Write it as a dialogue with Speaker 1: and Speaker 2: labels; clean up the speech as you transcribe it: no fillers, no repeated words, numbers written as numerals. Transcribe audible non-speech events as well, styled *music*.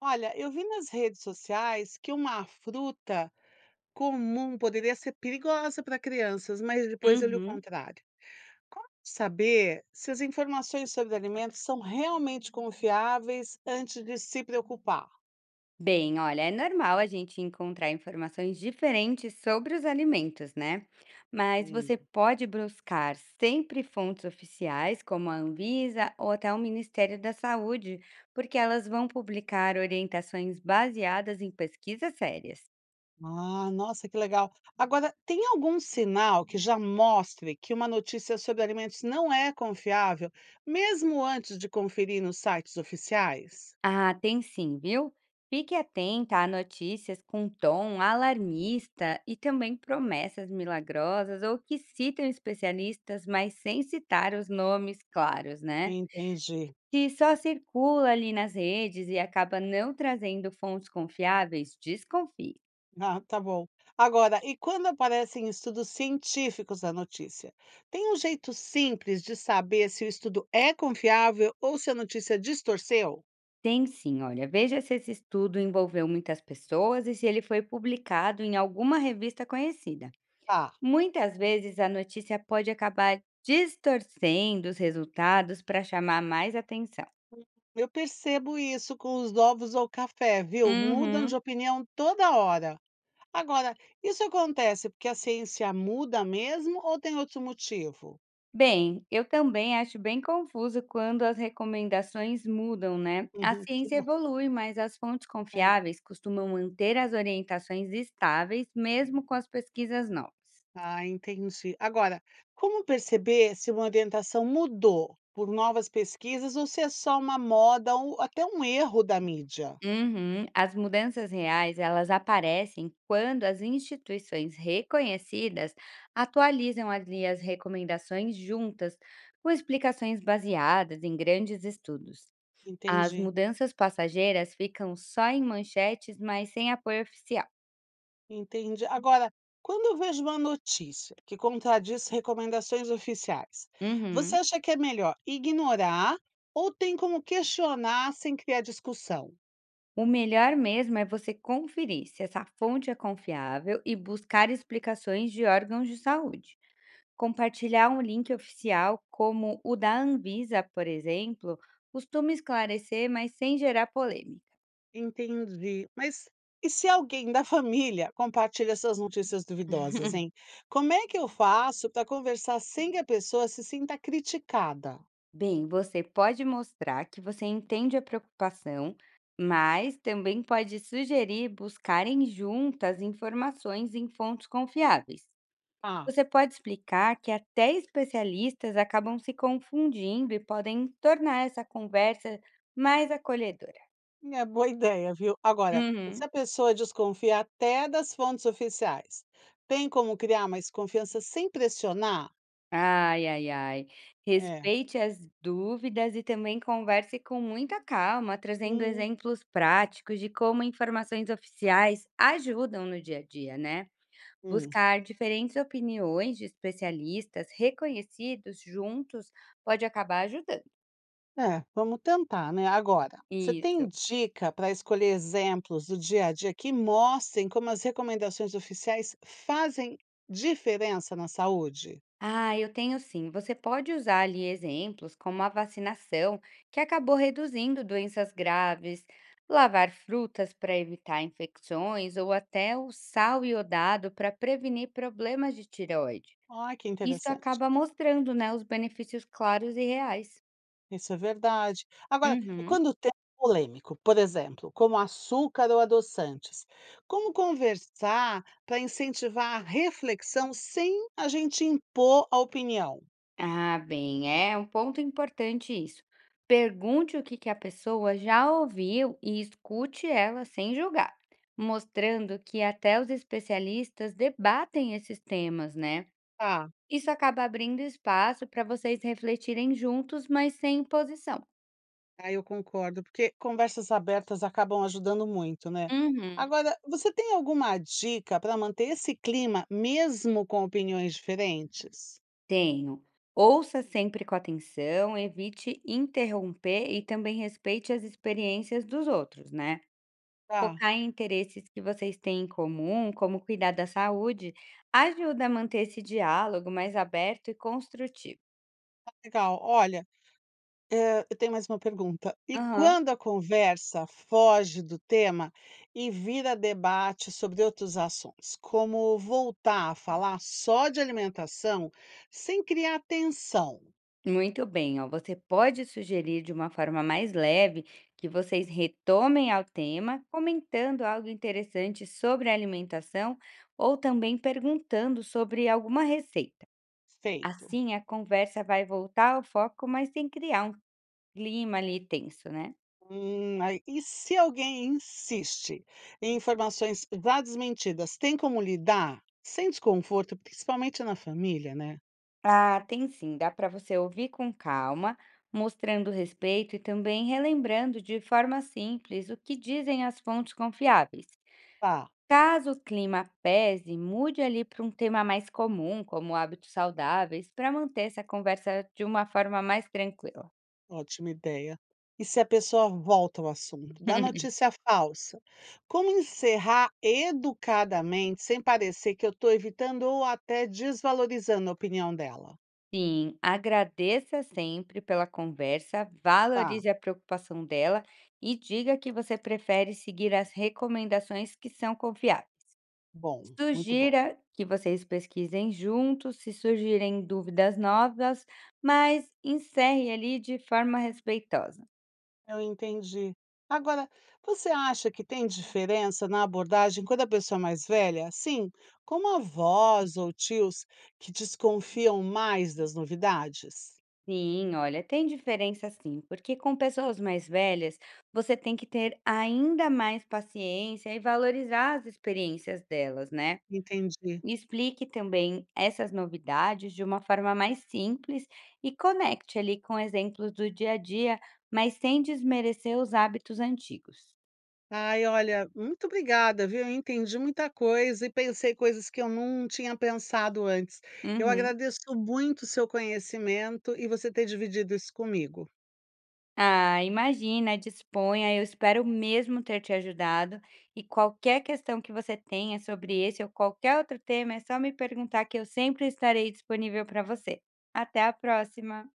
Speaker 1: Olha, eu vi nas redes sociais que uma fruta comum poderia ser perigosa para crianças, mas depois eu li o
Speaker 2: Uhum.
Speaker 1: contrário. Como saber se as informações sobre alimentos são realmente confiáveis antes de se preocupar?
Speaker 2: Bem, olha, é normal a gente encontrar informações diferentes sobre os alimentos, né? Mas
Speaker 1: Hum.
Speaker 2: você pode buscar sempre fontes oficiais, como a Anvisa ou até o Ministério da Saúde, porque elas vão publicar orientações baseadas em pesquisas sérias.
Speaker 1: Ah, nossa, que legal. Agora, tem algum sinal que já mostre que uma notícia sobre alimentos não é confiável, mesmo antes de conferir nos sites oficiais?
Speaker 2: Ah, tem sim, viu? Fique atenta a notícias com tom alarmista e também promessas milagrosas ou que citam especialistas, mas sem citar os nomes claros, né?
Speaker 1: Entendi.
Speaker 2: Se só circula ali nas redes e acaba não trazendo fontes confiáveis, desconfie.
Speaker 1: Ah, tá bom. Agora, e quando aparecem estudos científicos na notícia? Tem um jeito simples de saber se o estudo é confiável ou se a notícia distorceu?
Speaker 2: Tem sim, olha, veja se esse estudo envolveu muitas pessoas e se ele foi publicado em alguma revista conhecida.
Speaker 1: Tá.
Speaker 2: Muitas vezes a notícia pode acabar distorcendo os resultados para chamar mais atenção.
Speaker 1: Eu percebo isso com os ovos ou café, viu? Mudam de
Speaker 2: Uhum.
Speaker 1: opinião toda hora. Agora, isso acontece porque a ciência muda mesmo ou tem outro motivo?
Speaker 2: Bem, eu também acho bem confuso quando as recomendações mudam, né? A
Speaker 1: Uhum, que
Speaker 2: ciência
Speaker 1: bom.
Speaker 2: evolui, mas as fontes
Speaker 1: É.
Speaker 2: confiáveis costumam manter as orientações estáveis, mesmo com as pesquisas novas.
Speaker 1: Ah, entendi. Agora, como perceber se uma orientação mudou por novas pesquisas ou se é só uma moda ou até um erro da mídia?
Speaker 2: Uhum. As mudanças reais, elas aparecem quando as instituições reconhecidas atualizam ali as recomendações juntas, com explicações baseadas em grandes estudos. As
Speaker 1: Entendi,
Speaker 2: mudanças passageiras ficam só em manchetes, mas sem apoio oficial.
Speaker 1: entendi. Agora, quando eu vejo uma notícia que contradiz recomendações oficiais, você
Speaker 2: Uhum.
Speaker 1: acha que é melhor ignorar ou tem como questionar sem criar discussão?
Speaker 2: O melhor mesmo é você conferir se essa fonte é confiável e buscar explicações de órgãos de saúde. Compartilhar um link oficial, como o da Anvisa, por exemplo, costuma esclarecer, mas sem gerar polêmica.
Speaker 1: Entendi. Mas e se alguém da família compartilha essas notícias duvidosas, hein?
Speaker 2: *laughs*
Speaker 1: Como é que eu faço para conversar sem que a pessoa se sinta criticada?
Speaker 2: Bem, você pode mostrar que você entende a preocupação, mas também pode sugerir buscarem juntas informações em fontes confiáveis.
Speaker 1: Ah,
Speaker 2: Você pode explicar que até especialistas acabam se confundindo e podem tornar essa conversa mais acolhedora.
Speaker 1: é boa ideia, viu? Agora, e se
Speaker 2: Uhum.
Speaker 1: a pessoa desconfia até das fontes oficiais, tem como criar mais confiança sem pressionar?
Speaker 2: Ai, ai, ai.
Speaker 1: É.
Speaker 2: Respeite as dúvidas e também converse com muita calma, trazendo
Speaker 1: Hum,
Speaker 2: exemplos práticos de como informações oficiais ajudam no dia a dia, né?
Speaker 1: hum.
Speaker 2: Buscar diferentes opiniões de especialistas reconhecidos juntos pode acabar ajudando.
Speaker 1: É, vamos tentar, né. Agora, você tem
Speaker 2: Isso.
Speaker 1: dica para escolher exemplos do dia a dia que mostrem como as recomendações oficiais fazem diferença na saúde?
Speaker 2: Ah, eu tenho sim. Você pode usar ali exemplos como a vacinação, que acabou reduzindo doenças graves, lavar frutas para evitar infecções, ou até o sal iodado para prevenir problemas de tireoide.
Speaker 1: Ai, que
Speaker 2: Isso
Speaker 1: interessante.
Speaker 2: acaba mostrando, né, os benefícios claros e reais.
Speaker 1: Isso é verdade. Agora, e
Speaker 2: Uhum.
Speaker 1: quando o tema é polêmico, por exemplo, como açúcar ou adoçantes, como conversar para incentivar a reflexão sem a gente impor a opinião?
Speaker 2: Ah, bem, é um ponto importante isso. Pergunte o que a pessoa já ouviu e escute ela sem julgar, mostrando que até os especialistas debatem esses temas, né?
Speaker 1: Ah,
Speaker 2: Isso acaba abrindo espaço para vocês refletirem juntos, mas sem imposição.
Speaker 1: ah, eu concordo, porque conversas abertas acabam ajudando muito, né.
Speaker 2: Uhum.
Speaker 1: Agora, você tem alguma dica para manter esse clima mesmo com opiniões diferentes?
Speaker 2: Tenho. Ouça sempre com atenção, evite interromper e também respeite as experiências dos outros, né?
Speaker 1: Tá,
Speaker 2: Focar em interesses que vocês têm em comum, como cuidar da saúde, ajuda a manter esse diálogo mais aberto e construtivo.
Speaker 1: legal. Olha, eu tenho mais uma pergunta. E
Speaker 2: Aham.
Speaker 1: quando a conversa foge do tema e vira debate sobre outros assuntos, como voltar a falar só de alimentação sem criar tensão?
Speaker 2: Muito bem, ó. Você pode sugerir de uma forma mais leve que vocês retomem ao tema, comentando algo interessante sobre a alimentação ou também perguntando sobre alguma receita.
Speaker 1: Feito.
Speaker 2: Assim, a conversa vai voltar ao foco, mas sem criar um clima ali tenso, né?
Speaker 1: Aí e se alguém insiste em informações já desmentidas, tem como lidar? Sem desconforto, principalmente na família, né.
Speaker 2: Ah, tem sim, dá para você ouvir com calma, mostrando respeito e também relembrando de forma simples o que dizem as fontes confiáveis.
Speaker 1: Tá,
Speaker 2: Caso o clima pese, mude ali para um tema mais comum, como hábitos saudáveis, para manter essa conversa de uma forma mais tranquila.
Speaker 1: ótima ideia. E se a pessoa volta ao assunto da
Speaker 2: *laughs*
Speaker 1: notícia falsa? Como encerrar educadamente, sem parecer que eu estou evitando ou até desvalorizando a opinião dela?
Speaker 2: Sim, agradeça sempre pela conversa,
Speaker 1: Tá,
Speaker 2: valorize a preocupação dela e diga que você prefere seguir as recomendações que são confiáveis.
Speaker 1: bom, muito bom.
Speaker 2: Sugira que vocês pesquisem juntos, se surgirem dúvidas novas, mas encerre ali de forma respeitosa.
Speaker 1: Eu entendi. Agora, você acha que tem diferença na abordagem quando a pessoa é mais velha? Sim, como avós ou tios que desconfiam mais das novidades?
Speaker 2: Sim, olha, tem diferença sim, porque com pessoas mais velhas você tem que ter ainda mais paciência e valorizar as experiências delas, né?
Speaker 1: Entendi.
Speaker 2: E explique também essas novidades de uma forma mais simples e conecte ali com exemplos do dia a dia, mas sem desmerecer os hábitos antigos.
Speaker 1: Ai, olha, muito obrigada, viu? Eu entendi muita coisa e pensei coisas que eu não tinha pensado antes. Eu
Speaker 2: Uhum.
Speaker 1: agradeço muito o seu conhecimento e você ter dividido isso comigo.
Speaker 2: Ah, imagina, disponha. Eu espero mesmo ter te ajudado. E qualquer questão que você tenha sobre esse ou qualquer outro tema, é só me perguntar que eu sempre estarei disponível para você. Até a próxima!